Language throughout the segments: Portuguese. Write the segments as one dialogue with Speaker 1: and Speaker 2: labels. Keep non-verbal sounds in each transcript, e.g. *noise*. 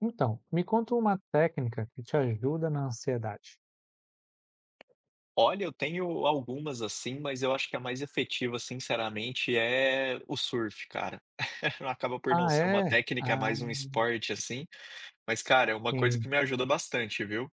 Speaker 1: Então, me conta uma técnica que te ajuda na ansiedade.
Speaker 2: Olha, eu tenho algumas, assim, mas eu acho que a mais efetiva, sinceramente, é o surf, cara. *laughs* Acaba por não
Speaker 1: Ah,
Speaker 2: ser uma
Speaker 1: é?
Speaker 2: técnica, é
Speaker 1: Ah,
Speaker 2: mais um esporte, assim, mas, cara, é uma coisa
Speaker 1: sim.
Speaker 2: que me ajuda bastante, viu.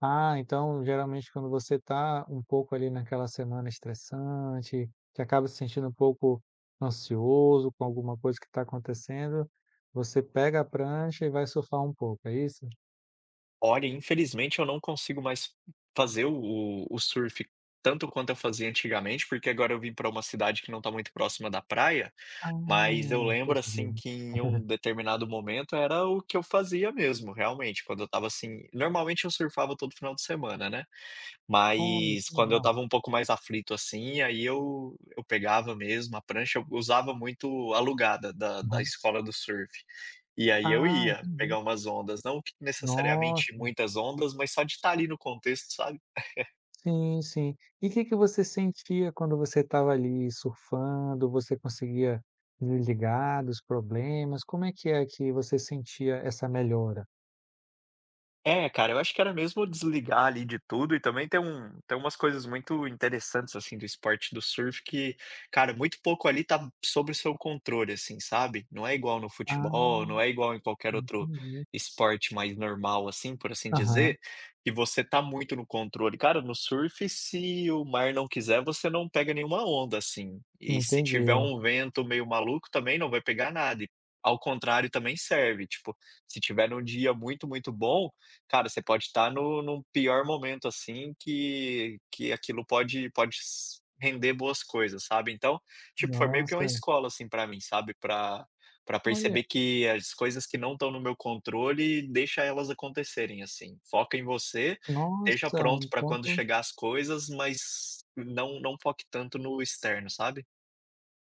Speaker 1: Ah, então, geralmente, quando você está um pouco ali naquela semana estressante, que acaba se sentindo um pouco ansioso com alguma coisa que está acontecendo, você pega a prancha e vai surfar um pouco, é isso?
Speaker 2: Olha, infelizmente eu não consigo mais fazer o surf tanto quanto eu fazia antigamente, porque agora eu vim para uma cidade que não está muito próxima da praia,
Speaker 1: Ah,
Speaker 2: mas eu lembro,
Speaker 1: poxa
Speaker 2: assim,
Speaker 1: vida.
Speaker 2: que em um determinado momento era o que eu fazia mesmo, realmente, quando eu estava, assim normalmente eu surfava todo final de semana, né.
Speaker 1: Olha,
Speaker 2: Mas
Speaker 1: que
Speaker 2: quando eu
Speaker 1: legal.
Speaker 2: estava um pouco mais aflito, assim, aí eu pegava mesmo a prancha, eu usava muito alugada da
Speaker 1: Aham.
Speaker 2: escola do surf. E aí eu
Speaker 1: Ah,
Speaker 2: ia
Speaker 1: entendi.
Speaker 2: pegar umas ondas, não que necessariamente
Speaker 1: Nossa.
Speaker 2: muitas ondas, mas só de estar ali no contexto, sabe?
Speaker 1: Sim, sim. E o que que você sentia quando você estava ali surfando? Você conseguia desligar dos problemas? Como é que você sentia essa melhora?
Speaker 2: É, cara, eu acho que era mesmo desligar ali de tudo e também tem umas coisas muito interessantes, assim, do esporte do surf que, cara, muito pouco ali tá sobre o seu controle, assim, sabe. Não é igual no
Speaker 1: Ah,
Speaker 2: futebol, não é igual em qualquer outro
Speaker 1: entendi.
Speaker 2: esporte mais normal, assim, por assim
Speaker 1: Aham,
Speaker 2: dizer, que você tá muito no controle. Cara, no surf, se o mar não quiser, você não pega nenhuma onda, assim, e se tiver
Speaker 1: entendi.
Speaker 2: um vento meio maluco também não vai pegar nada e ao contrário também serve, tipo, se tiver num dia muito, muito bom. Cara, você pode estar no pior momento, assim, que aquilo pode pode s render boas coisas, sabe. Então, tipo, foi meio que uma
Speaker 1: Nossa,
Speaker 2: escola, assim, pra mim, sabe, pra
Speaker 1: olha,
Speaker 2: perceber que as coisas que não estão no meu controle, deixa elas acontecerem, assim. Foca em você, esteja
Speaker 1: nossa,
Speaker 2: pronto
Speaker 1: um
Speaker 2: pra quando
Speaker 1: ponto,
Speaker 2: chegar as coisas, mas não foque tanto no externo, sabe.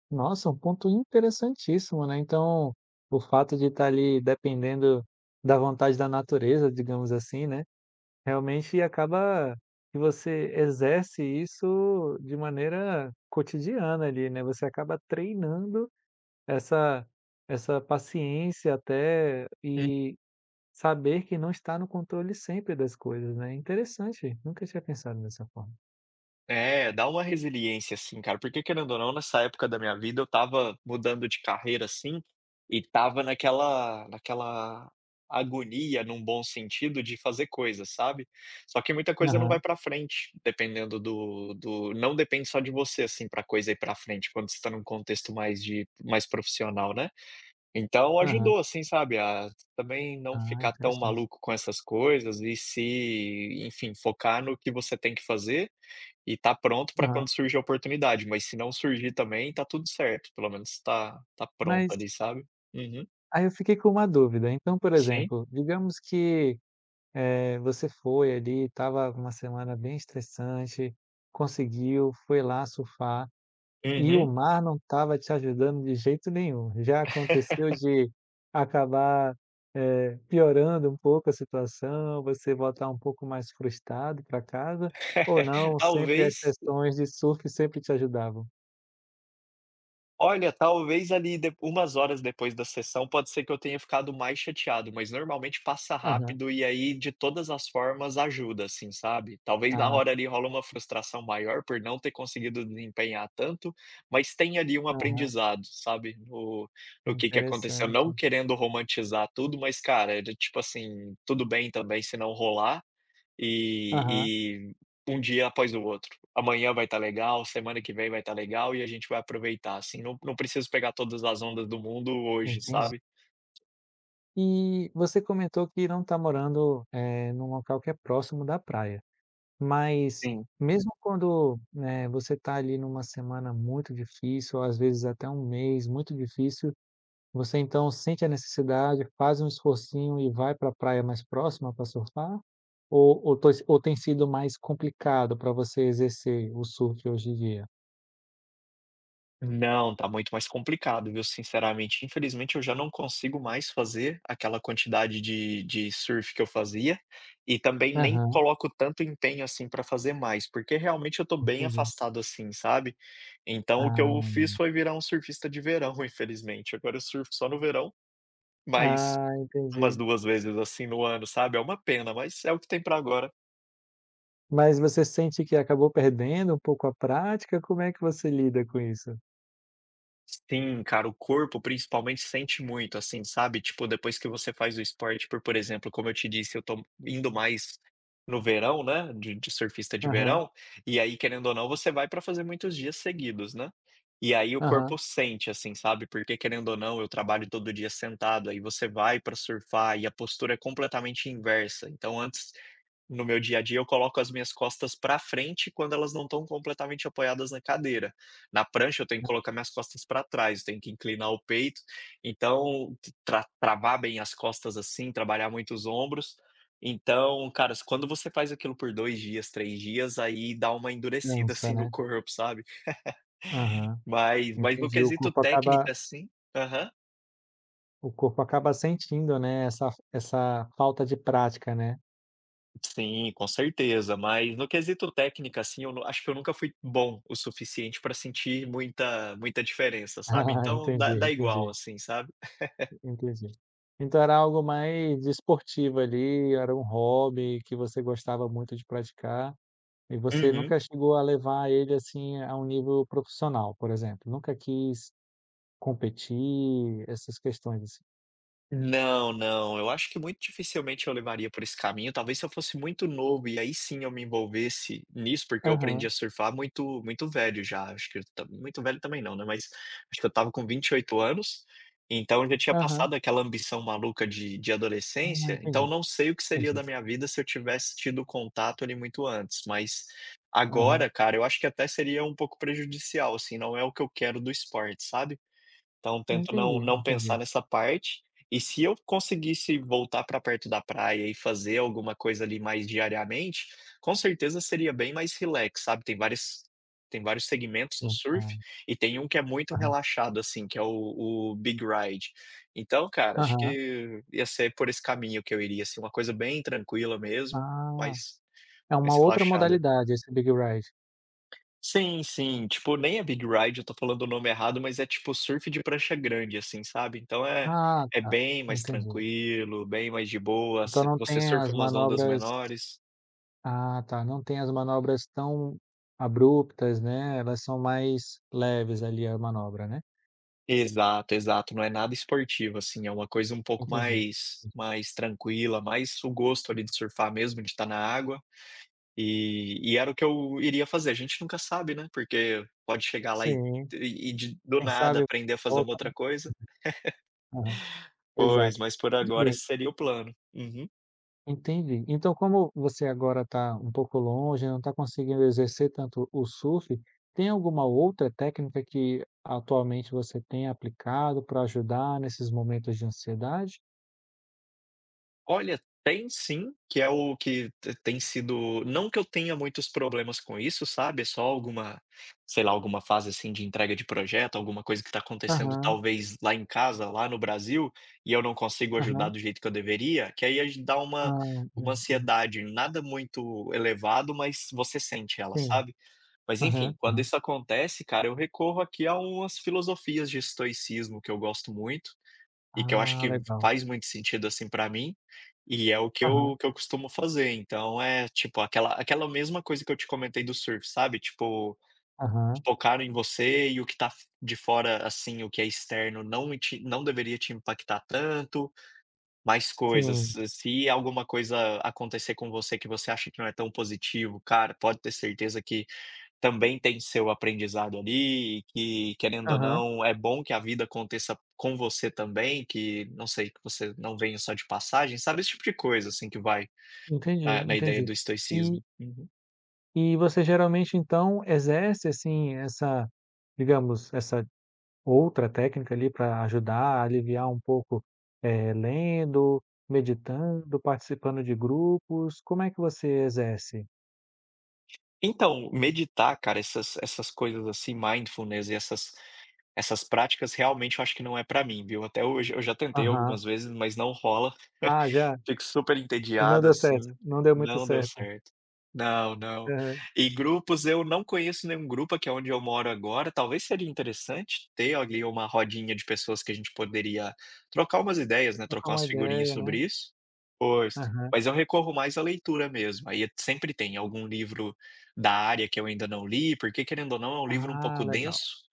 Speaker 1: nossa, um ponto interessantíssimo, né? Então, o fato de estar ali dependendo da vontade da natureza, digamos assim, né? Realmente acaba que você exerce isso de maneira cotidiana ali, né, você acaba treinando essa essa paciência até e saber que não está no controle sempre das coisas, né. Interessante, nunca tinha pensado dessa forma.
Speaker 2: É, dá uma resiliência, assim, cara, porque querendo ou não, nessa época da minha vida eu tava mudando de carreira, assim, e tava naquela agonia, num bom sentido, de fazer coisas, sabe. Só que muita coisa não vai
Speaker 1: Aham,
Speaker 2: pra frente, dependendo do não depende só de você, assim, pra coisa ir pra frente, quando você tá num contexto mais de mais profissional, né. Então
Speaker 1: aham.
Speaker 2: ajudou, assim, sabe, a também não
Speaker 1: Ah,
Speaker 2: ficar tão
Speaker 1: interessante.
Speaker 2: maluco com essas coisas e se, enfim, focar no que você tem que fazer e tá pronto para
Speaker 1: Aham.
Speaker 2: quando surgir a oportunidade, mas se não surgir também, tá tudo certo, pelo menos tá pronto
Speaker 1: Mas
Speaker 2: ali, sabe. Uhum.
Speaker 1: aí eu fiquei com uma dúvida, então, por
Speaker 2: Sim.
Speaker 1: exemplo, digamos que você foi ali, estava uma semana bem estressante, conseguiu, foi lá surfar e o
Speaker 2: Uhum.
Speaker 1: mar não estava te ajudando de jeito nenhum. Já aconteceu de acabar, piorando um pouco a situação, você voltar um pouco mais frustrado para casa ou
Speaker 2: *laughs*
Speaker 1: não, sempre as
Speaker 2: Talvez
Speaker 1: sessões de surf sempre te ajudavam?
Speaker 2: Olha, talvez ali de umas horas depois da sessão, pode ser que eu tenha ficado mais chateado, mas normalmente passa
Speaker 1: Aham.
Speaker 2: rápido e aí de todas as formas ajuda, assim, sabe. Talvez na
Speaker 1: Ah,
Speaker 2: hora ali rola uma frustração maior por não ter conseguido desempenhar tanto, mas tem ali um
Speaker 1: aham,
Speaker 2: aprendizado, sabe, no que aconteceu.
Speaker 1: interessante.
Speaker 2: Não querendo romantizar tudo, mas cara, era tipo assim, tudo bem também se não rolar.
Speaker 1: Aham,
Speaker 2: E e um dia após o outro. Amanhã vai estar legal, semana que vem vai estar legal e a gente vai aproveitar, assim, não preciso pegar todas as ondas do mundo hoje,
Speaker 1: entendi.
Speaker 2: sabe.
Speaker 1: E você comentou que não está morando, num local que é próximo da praia, mas
Speaker 2: Sim.
Speaker 1: mesmo quando, né, você está ali numa semana muito difícil, ou às vezes até um mês muito difícil, você então sente a necessidade, faz um esforcinho e vai para a praia mais próxima para surfar? Ou tem sido mais complicado para você exercer o surf hoje em dia?
Speaker 2: Não, tá muito mais complicado, viu, sinceramente. Infelizmente eu já não consigo mais fazer aquela quantidade de surf que eu fazia, e também nem
Speaker 1: Aham,
Speaker 2: coloco tanto empenho, assim, para fazer mais, porque realmente eu estou bem
Speaker 1: entendi.
Speaker 2: afastado, assim, sabe. Então o que eu
Speaker 1: Ah,
Speaker 2: fiz foi virar um surfista de verão, *laughs* infelizmente. Agora eu surfo só no verão, mas
Speaker 1: ah,
Speaker 2: umas
Speaker 1: entendi.
Speaker 2: 2 vezes, assim, no ano, sabe, é uma pena, mas é o que tem pra agora.
Speaker 1: Mas você sente que acabou perdendo um pouco a prática? Como é que você lida com isso?
Speaker 2: Sim, cara, o corpo principalmente sente muito, assim, sabe, tipo, depois que você faz o esporte por exemplo, como eu te disse, eu tô indo mais no verão, né, de surfista de
Speaker 1: Aham,
Speaker 2: verão, e aí, querendo ou não, você vai pra fazer muitos dias seguidos, né. E aí o
Speaker 1: aham.
Speaker 2: corpo sente, assim, sabe, porque querendo ou não, eu trabalho todo dia sentado, aí você vai pra surfar e a postura é completamente inversa, então antes. No meu dia a dia, eu coloco as minhas costas para frente quando elas não estão completamente apoiadas na cadeira. Na prancha, eu tenho que colocar minhas costas para trás, eu tenho que inclinar o peito, então travar bem as costas, assim, trabalhar muito os ombros. Então, cara, quando você faz aquilo por 2 dias, 3 dias, aí dá uma endurecida,
Speaker 1: Cansa,
Speaker 2: assim, no
Speaker 1: né.
Speaker 2: corpo, sabe.
Speaker 1: Aham,
Speaker 2: Mas no
Speaker 1: entendi. O
Speaker 2: quesito
Speaker 1: corpo acaba
Speaker 2: técnica, assim. Aham.
Speaker 1: o corpo acaba sentindo, né, essa falta de prática, né.
Speaker 2: Sim, com certeza, mas no quesito técnica, assim, eu nu acho que eu nunca fui bom o suficiente para sentir muita muita diferença,
Speaker 1: *laughs*
Speaker 2: sabe,
Speaker 1: Ah,
Speaker 2: então
Speaker 1: Entendi,
Speaker 2: dá igual,
Speaker 1: entendi,
Speaker 2: assim, sabe.
Speaker 1: entendi. Então era algo mais esportivo ali, era um hobby que você gostava muito de praticar e você
Speaker 2: Uhum.
Speaker 1: nunca chegou a levar ele, assim, a um nível profissional, por exemplo? Nunca quis competir, essas questões, assim?
Speaker 2: Não, não, eu acho que muito dificilmente eu levaria por esse caminho, talvez se eu fosse muito novo e aí sim eu me envolvesse nisso, porque eu aprendi
Speaker 1: Aham,
Speaker 2: a surfar muito muito velho já, acho que eu ta muito velho também não, né, mas acho que eu estava com 28 anos, então eu já tinha
Speaker 1: aham.
Speaker 2: passado aquela ambição maluca de
Speaker 1: Ah,
Speaker 2: adolescência, então
Speaker 1: entendi,
Speaker 2: não sei o que seria
Speaker 1: entendi.
Speaker 2: da minha vida se eu tivesse tido contato ali muito antes, mas
Speaker 1: Aham.
Speaker 2: agora, cara, eu acho que até seria um pouco prejudicial, assim, não é o que eu quero do esporte, sabe. Então tento
Speaker 1: Entendi,
Speaker 2: não pensar
Speaker 1: entendi.
Speaker 2: nessa parte, e se eu conseguisse voltar para perto da praia e fazer alguma coisa ali mais diariamente, com certeza seria bem mais relax, sabe. Tem vários segmentos no
Speaker 1: No
Speaker 2: surf,
Speaker 1: caso.
Speaker 2: e tem um que é muito
Speaker 1: Aham,
Speaker 2: relaxado, assim, que é o big ride. Então, cara, acho
Speaker 1: aham.
Speaker 2: que ia ser por esse caminho que eu iria, assim, uma coisa bem tranquila mesmo,
Speaker 1: Ah,
Speaker 2: mas
Speaker 1: é uma
Speaker 2: mais
Speaker 1: outra
Speaker 2: relaxada.
Speaker 1: modalidade esse Big Ride.
Speaker 2: Sim, sim, tipo, nem é big ride, eu tô falando o nome errado, mas é tipo surf de prancha grande, assim, sabe. Então é
Speaker 1: Ah,
Speaker 2: é
Speaker 1: tá,
Speaker 2: bem mais
Speaker 1: entendi.
Speaker 2: tranquilo, bem mais de boa,
Speaker 1: Então
Speaker 2: você
Speaker 1: não
Speaker 2: você
Speaker 1: tem
Speaker 2: surfa
Speaker 1: as
Speaker 2: umas ondas
Speaker 1: manobras
Speaker 2: menores.
Speaker 1: ah, tá, não tem as manobras tão abruptas, né, elas são mais leves ali a manobra, né?
Speaker 2: Exato, exato, não é nada esportivo, assim, é uma coisa um pouco
Speaker 1: Entendi,
Speaker 2: mais
Speaker 1: entendi.
Speaker 2: mais tranquila, mais o gosto ali de surfar mesmo, de estar na água, e era o que eu iria fazer. A gente nunca sabe, né, porque pode chegar lá
Speaker 1: Sim,
Speaker 2: e de do
Speaker 1: quem
Speaker 2: nada
Speaker 1: sabe
Speaker 2: aprender
Speaker 1: você
Speaker 2: a fazer uma
Speaker 1: volta,
Speaker 2: outra
Speaker 1: né?
Speaker 2: coisa.
Speaker 1: Aham,
Speaker 2: Pois,
Speaker 1: exato.
Speaker 2: mas por
Speaker 1: Tudo
Speaker 2: agora
Speaker 1: bem.
Speaker 2: esse seria o plano. Uhum.
Speaker 1: Entendi. Então, como você agora está um pouco longe, não está conseguindo exercer tanto o surf, tem alguma outra técnica que atualmente você tem aplicado para ajudar nesses momentos de ansiedade?
Speaker 2: Olha, tem sim, que é o que te tem sido não que eu tenha muitos problemas com isso, sabe, é só alguma, sei lá, alguma fase, assim, de entrega de projeto, alguma coisa que está acontecendo
Speaker 1: Aham,
Speaker 2: talvez lá em casa, lá no Brasil, e eu não consigo ajudar
Speaker 1: aham.
Speaker 2: do jeito que eu deveria, que aí a gen dá uma
Speaker 1: Ah,
Speaker 2: uma
Speaker 1: sim, sim.
Speaker 2: ansiedade, nada muito elevado, mas você sente ela,
Speaker 1: Sim.
Speaker 2: sabe. Mas enfim,
Speaker 1: Aham,
Speaker 2: quando
Speaker 1: aham.
Speaker 2: isso acontece, cara, eu recorro aqui a umas filosofias de estoicismo que eu gosto muito. E que eu acho
Speaker 1: Ah,
Speaker 2: que
Speaker 1: legal.
Speaker 2: faz muito sentido, assim, pra mim, e é o que
Speaker 1: Aham,
Speaker 2: eu costumo fazer. Então é, tipo, aquela mesma coisa que eu te comentei do surf, sabe, tipo,
Speaker 1: aham.
Speaker 2: focar em você e o que tá f de fora, assim, o que é externo não deveria te impactar tanto, mais coisas.
Speaker 1: Sim.
Speaker 2: Se alguma coisa acontecer com você que você acha que não é tão positivo, cara, pode ter certeza que também tem seu aprendizado ali, e que querendo ou
Speaker 1: Aham.
Speaker 2: não, é bom que a vida aconteça com você também, que não sei, que você não venha só de passagem, sabe, esse tipo de coisa, assim, que vai
Speaker 1: Entendi,
Speaker 2: na ideia
Speaker 1: entendi.
Speaker 2: do
Speaker 1: E
Speaker 2: estoicismo. Uhum.
Speaker 1: e você geralmente, então, exerce, assim, essa, digamos, essa outra técnica ali para ajudar a aliviar um pouco, lendo, meditando, participando de grupos, como é que você exerce?
Speaker 2: Então, meditar, cara, essas coisas assim, mindfulness e essas práticas, realmente, eu acho que não é pra mim, viu. Até hoje eu já tentei
Speaker 1: Aham.
Speaker 2: algumas vezes, mas não rola.
Speaker 1: Ah, já?
Speaker 2: Fico super
Speaker 1: E não
Speaker 2: entediado,
Speaker 1: deu certo,
Speaker 2: assim.
Speaker 1: não deu muito
Speaker 2: Não deu
Speaker 1: certo.
Speaker 2: certo. Não, não.
Speaker 1: Aham.
Speaker 2: E grupos, eu não conheço nenhum grupo aqui onde eu moro agora. Talvez seria interessante ter ali uma rodinha de pessoas que a gente poderia trocar umas ideias, né,
Speaker 1: Trocar
Speaker 2: trocar
Speaker 1: uma
Speaker 2: umas figurinhas
Speaker 1: ideia, né.
Speaker 2: sobre isso. Pois.
Speaker 1: Aham.
Speaker 2: Mas eu recorro mais à leitura mesmo. Aí sempre tem algum livro da área que eu ainda não li, porque querendo ou não, é um livro um
Speaker 1: Ah,
Speaker 2: pouco
Speaker 1: legal,
Speaker 2: denso,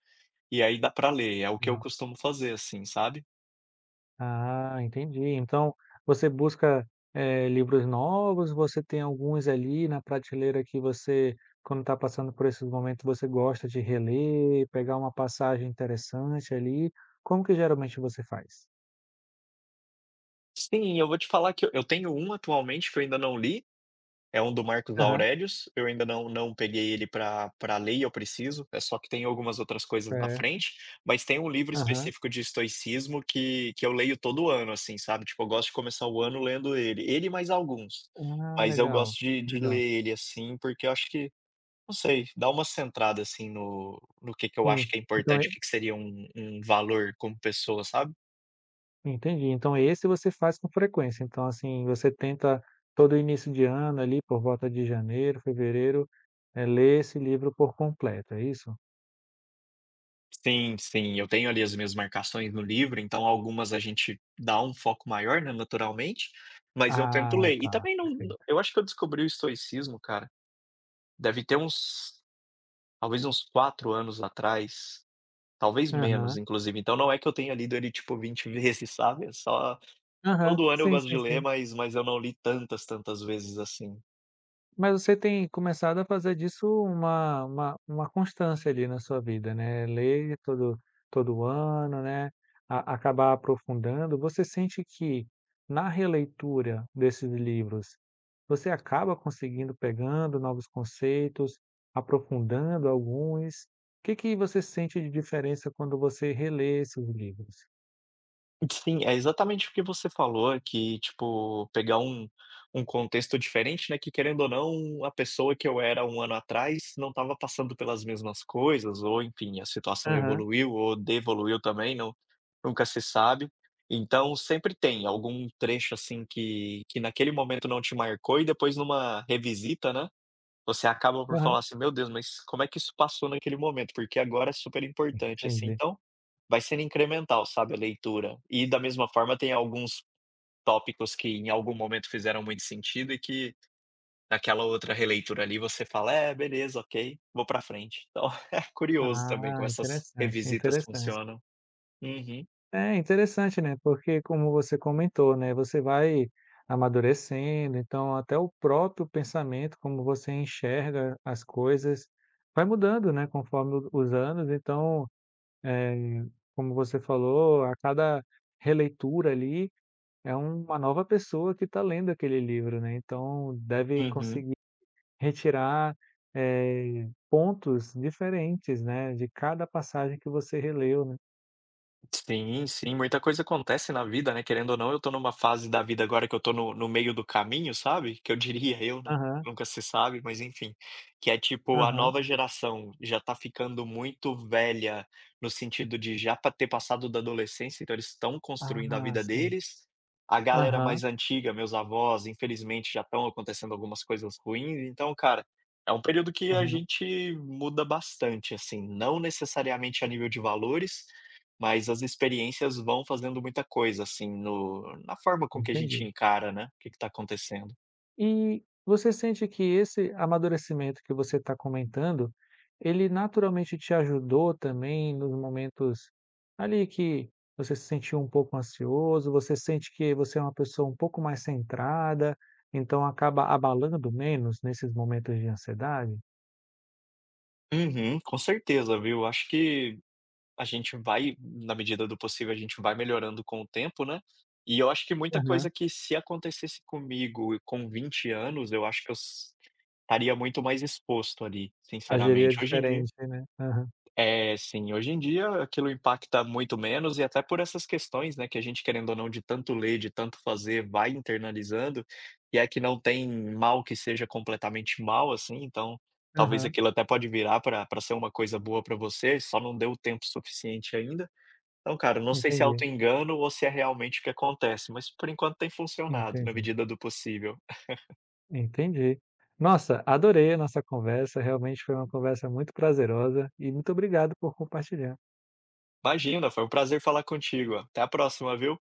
Speaker 2: e aí dá pra ler. É o que eu
Speaker 1: legal.
Speaker 2: costumo fazer, assim, sabe.
Speaker 1: Ah, entendi. Então você busca, livros novos, você tem alguns ali na prateleira que você, quando está passando por esses momentos, você gosta de reler, pegar uma passagem interessante ali. Como que geralmente você faz?
Speaker 2: Sim, eu vou te falar que eu tenho um atualmente que eu ainda não li. É um do Marcos
Speaker 1: Aham,
Speaker 2: Aurelius, eu ainda não peguei ele para ler e eu preciso, é só que tem algumas outras coisas na
Speaker 1: certo.
Speaker 2: frente, mas tem um livro
Speaker 1: Aham.
Speaker 2: específico de estoicismo que eu leio todo ano, assim, sabe, tipo, eu gosto de começar o ano lendo ele, ele e mais alguns,
Speaker 1: Ah,
Speaker 2: mas eu
Speaker 1: legal,
Speaker 2: gosto de
Speaker 1: legal.
Speaker 2: ler ele, assim, porque eu acho que, não sei, dá uma centrada, assim, no que eu acho
Speaker 1: Sim,
Speaker 2: que é
Speaker 1: então
Speaker 2: importante,
Speaker 1: e
Speaker 2: o que que seria um valor como pessoa, sabe?
Speaker 1: entendi. Então esse você faz com frequência. Então, assim, você tenta todo início de ano ali, por volta de janeiro, fevereiro, ler esse livro por completo, é isso?
Speaker 2: Sim, sim, eu tenho ali as minhas marcações no livro, então algumas a gente dá um foco maior, né, naturalmente, mas eu tento
Speaker 1: Ah,
Speaker 2: ler. E
Speaker 1: tá,
Speaker 2: também não
Speaker 1: perfeito.
Speaker 2: eu acho que eu descobri o estoicismo, cara, deve ter uns talvez uns 4 anos atrás, talvez menos,
Speaker 1: Aham,
Speaker 2: inclusive. Então não é que eu tenha lido ele, tipo, 20 *laughs* vezes, sabe, é só
Speaker 1: aham,
Speaker 2: todo ano eu
Speaker 1: sim,
Speaker 2: gosto de
Speaker 1: sim,
Speaker 2: ler,
Speaker 1: sim.
Speaker 2: mas eu não li tantas, tantas vezes assim.
Speaker 1: Mas você tem começado a fazer disso uma uma constância ali na sua vida, né, ler todo ano, né, a acabar aprofundando. Você sente que na releitura desses livros, você acaba conseguindo pegando novos conceitos, aprofundando alguns? O que que você sente de diferença quando você relê esses livros?
Speaker 2: Sim, é exatamente o que você falou, é que, tipo, pegar um contexto diferente, né, que querendo ou não, a pessoa que eu era um ano atrás não estava passando pelas mesmas coisas ou enfim, a situação
Speaker 1: Aham,
Speaker 2: evoluiu ou devoluiu também, não nunca se sabe. Então sempre tem algum trecho, assim, que naquele momento não te marcou e depois numa revisita, né, você acaba por
Speaker 1: aham,
Speaker 2: falar assim: "Meu Deus, mas como é que isso passou naquele momento?" Porque agora é super importante, assim,
Speaker 1: entendi.
Speaker 2: então vai sendo incremental, sabe, a leitura. E da mesma forma tem alguns tópicos que em algum momento fizeram muito sentido e que naquela outra releitura ali você fala: "É, beleza, ok, vou pra frente". Então *laughs* é curioso também como
Speaker 1: Ah,
Speaker 2: essas
Speaker 1: interessante,
Speaker 2: revisitas
Speaker 1: interessante.
Speaker 2: funcionam. Uhum,
Speaker 1: É interessante, né, porque como você comentou, né, você vai amadurecendo, então até o próprio pensamento, como você enxerga as coisas, vai mudando, né, conforme os anos. Então, eh, como você falou, a cada releitura ali é uma nova pessoa que está lendo aquele livro, né? Então deve
Speaker 2: uhum.
Speaker 1: conseguir retirar pontos diferentes, né, de cada passagem que você releu, né?
Speaker 2: Sim, sim, muita coisa acontece na vida, né, querendo ou não, eu tô numa fase da vida agora que eu tô no meio do caminho, sabe, que eu diria eu, né,
Speaker 1: Aham,
Speaker 2: nunca se sabe, mas enfim, que é tipo a
Speaker 1: aham.
Speaker 2: nova geração já tá ficando muito velha, no sentido de já pa ter passado da adolescência, então eles estão construindo a
Speaker 1: Ah,
Speaker 2: vida
Speaker 1: sim.
Speaker 2: deles. A galera
Speaker 1: Aham,
Speaker 2: mais antiga, meus avós, infelizmente já estão acontecendo algumas coisas ruins, então, cara, é um período que a
Speaker 1: aham,
Speaker 2: gente muda bastante, assim, não necessariamente a nível de valores, mas as experiências vão fazendo muita coisa, assim, no na forma com que a gente
Speaker 1: entendi.
Speaker 2: encara, né, o que está acontecendo.
Speaker 1: E você sente que esse amadurecimento que você está comentando, ele naturalmente te ajudou também nos momentos ali que você se sentiu um pouco ansioso, você sente que você é uma pessoa um pouco mais centrada, então acaba abalando menos nesses momentos de ansiedade?
Speaker 2: Uhum, com certeza, viu. Acho que a gente vai na medida do possível, a gente vai melhorando com o tempo, né. E eu acho que muita
Speaker 1: Aham.
Speaker 2: coisa que se acontecesse comigo com 20 anos, eu acho que eu s estaria muito mais exposto ali,
Speaker 1: Agiria
Speaker 2: sinceramente. Hoje em dia.
Speaker 1: diferente, né? Aham,
Speaker 2: É, sim. Hoje em dia aquilo impacta muito menos e até por essas questões, né, que a gente querendo ou não de tanto ler, de tanto fazer, vai internalizando, e é que não tem mal que seja completamente mal, assim, então talvez
Speaker 1: aham,
Speaker 2: aquilo até pode virar para ser uma coisa boa para você, só não deu o tempo suficiente ainda. Então, cara, não sei se é
Speaker 1: entendi,
Speaker 2: engano ou se é realmente o que acontece, mas por enquanto tem funcionado na
Speaker 1: entendi.
Speaker 2: medida do possível.
Speaker 1: Entendi. Nossa, adorei a nossa conversa, realmente foi uma conversa muito prazerosa e muito obrigado por compartilhar.
Speaker 2: Imagina, foi um prazer falar contigo. Até a próxima, viu.